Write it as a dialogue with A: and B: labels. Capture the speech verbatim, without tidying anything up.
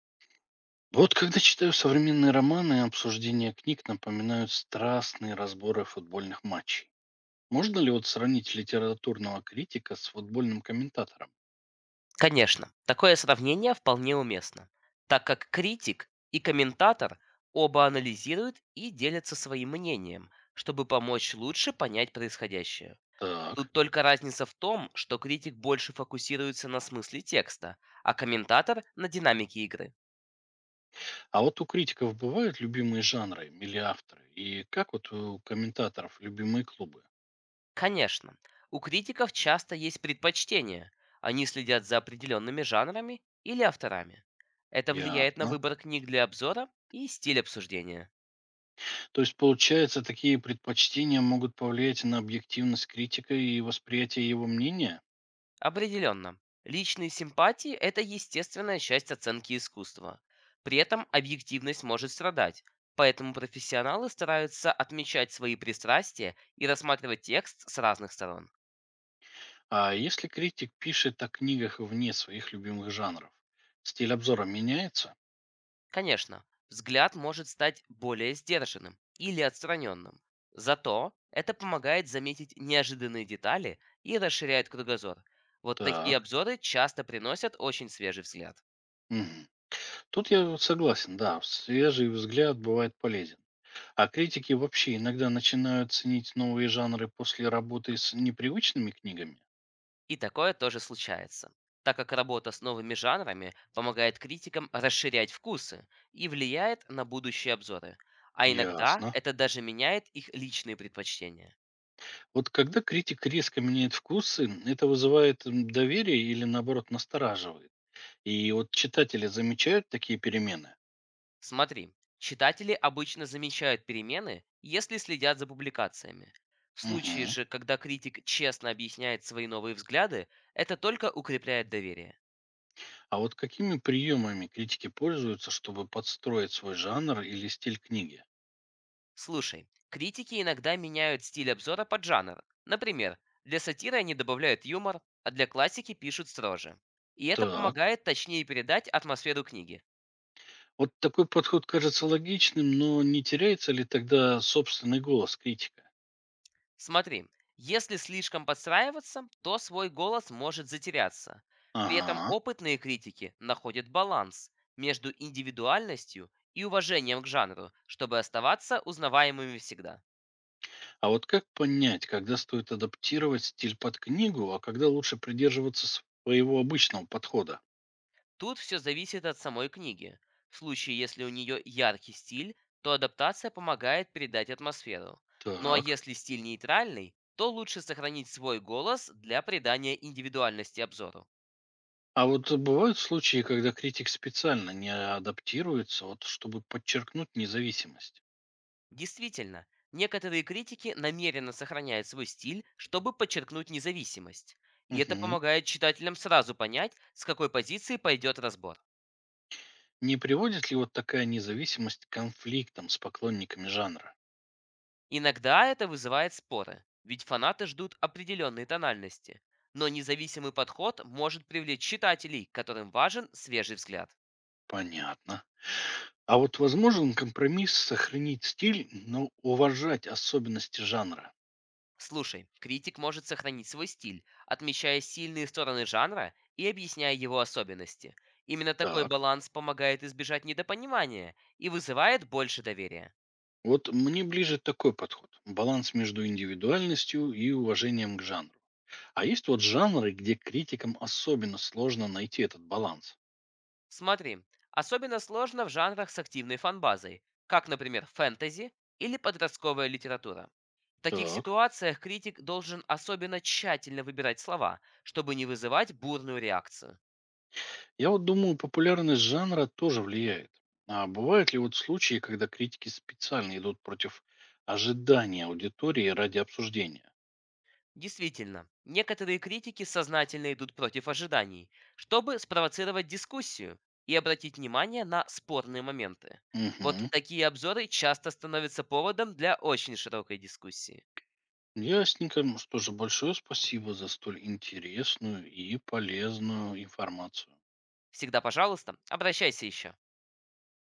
A: Вот когда читаю современные романы, обсуждения книг напоминают страстные разборы футбольных матчей. Можно ли вот сравнить литературного критика с футбольным комментатором?
B: Конечно, такое сравнение вполне уместно, так как критик и комментатор оба анализируют и делятся своим мнением, чтобы помочь лучше понять происходящее.
A: Так.
B: Тут только разница в том, что критик больше фокусируется на смысле текста, а комментатор на динамике игры.
A: А вот у критиков бывают любимые жанры или авторы? И как вот у комментаторов любимые клубы?
B: Конечно, у критиков часто есть предпочтения. Они следят за определенными жанрами или авторами. Это влияет на
A: Ясно.
B: выбор книг для обзора и стиль обсуждения.
A: То есть, получается, такие предпочтения могут повлиять на объективность критика и восприятие его мнения?
B: Определенно. Личные симпатии – это естественная часть оценки искусства. При этом объективность может страдать, поэтому профессионалы стараются отмечать свои пристрастия и рассматривать текст с разных сторон.
A: А если критик пишет о книгах вне своих любимых жанров, стиль обзора меняется?
B: Конечно, взгляд может стать более сдержанным или отстраненным. Зато это помогает заметить неожиданные детали и расширяет кругозор. Вот
A: Так.
B: такие обзоры часто приносят очень свежий взгляд.
A: Мгм. Тут я вот согласен, да, свежий взгляд бывает полезен. А критики вообще иногда начинают ценить новые жанры после работы с непривычными книгами?
B: И такое тоже случается, так как работа с новыми жанрами помогает критикам расширять вкусы и влияет на будущие обзоры. А иногда
A: Ясно.
B: это даже меняет их личные предпочтения.
A: Вот когда критик резко меняет вкусы, это вызывает м, доверие или наоборот настораживает. И вот читатели замечают такие перемены.
B: Смотри, читатели обычно замечают перемены, если следят за публикациями. В случае
A: Мгм.
B: же, когда критик честно объясняет свои новые взгляды, это только укрепляет доверие.
A: А вот какими приемами критики пользуются, чтобы подстроить свой жанр или стиль книги?
B: Слушай, критики иногда меняют стиль обзора под жанр. Например, для сатиры они добавляют юмор, а для классики пишут строже. И это
A: Так.
B: помогает точнее передать атмосферу книги.
A: Вот такой подход кажется логичным, но не теряется ли тогда собственный голос критика?
B: Смотри, если слишком подстраиваться, то свой голос может затеряться. При этом
A: Ага.
B: опытные критики находят баланс между индивидуальностью и уважением к жанру, чтобы оставаться узнаваемыми всегда.
A: А вот как понять, когда стоит адаптировать стиль под книгу, а когда лучше придерживаться своего обычного подхода?
B: Тут все зависит от самой книги. В случае, если у нее яркий стиль, то адаптация помогает передать атмосферу. Ну а
A: Так.
B: если стиль нейтральный, то лучше сохранить свой голос для придания индивидуальности обзору.
A: А вот бывают случаи, когда критик специально не адаптируется, вот, чтобы подчеркнуть независимость.
B: Действительно, некоторые критики намеренно сохраняют свой стиль, чтобы подчеркнуть независимость. И это
A: Мгм.
B: помогает читателям сразу понять, с какой позиции пойдет разбор.
A: Не приводит ли вот такая независимость к конфликтам с поклонниками жанра?
B: Иногда это вызывает споры, ведь фанаты ждут определенной тональности. Но независимый подход может привлечь читателей, которым важен свежий взгляд.
A: Понятно. А вот возможен компромисс сохранить стиль, но уважать особенности жанра?
B: Слушай, критик может сохранить свой стиль, отмечая сильные стороны жанра и объясняя его особенности. Именно такой
A: Так,
B: баланс помогает избежать недопонимания и вызывает больше доверия.
A: вот мне ближе такой подход. Баланс между индивидуальностью и уважением к жанру. А есть вот жанры, где критикам особенно сложно найти этот баланс.
B: Смотри, особенно сложно в жанрах с активной фанбазой, как, например, фэнтези или подростковая литература. В таких
A: Так.
B: ситуациях критик должен особенно тщательно выбирать слова, чтобы не вызывать бурную реакцию.
A: Я вот думаю, популярность жанра тоже влияет. А бывают ли вот случаи, когда критики специально идут против ожидания аудитории ради обсуждения?
B: Действительно, некоторые критики сознательно идут против ожиданий, чтобы спровоцировать дискуссию и обратить внимание на спорные моменты. Вот
A: Угу.
B: такие обзоры часто становятся поводом для очень широкой дискуссии.
A: Ясненько. Ну что же, большое спасибо за столь интересную и полезную информацию.
B: Всегда, пожалуйста, обращайся еще.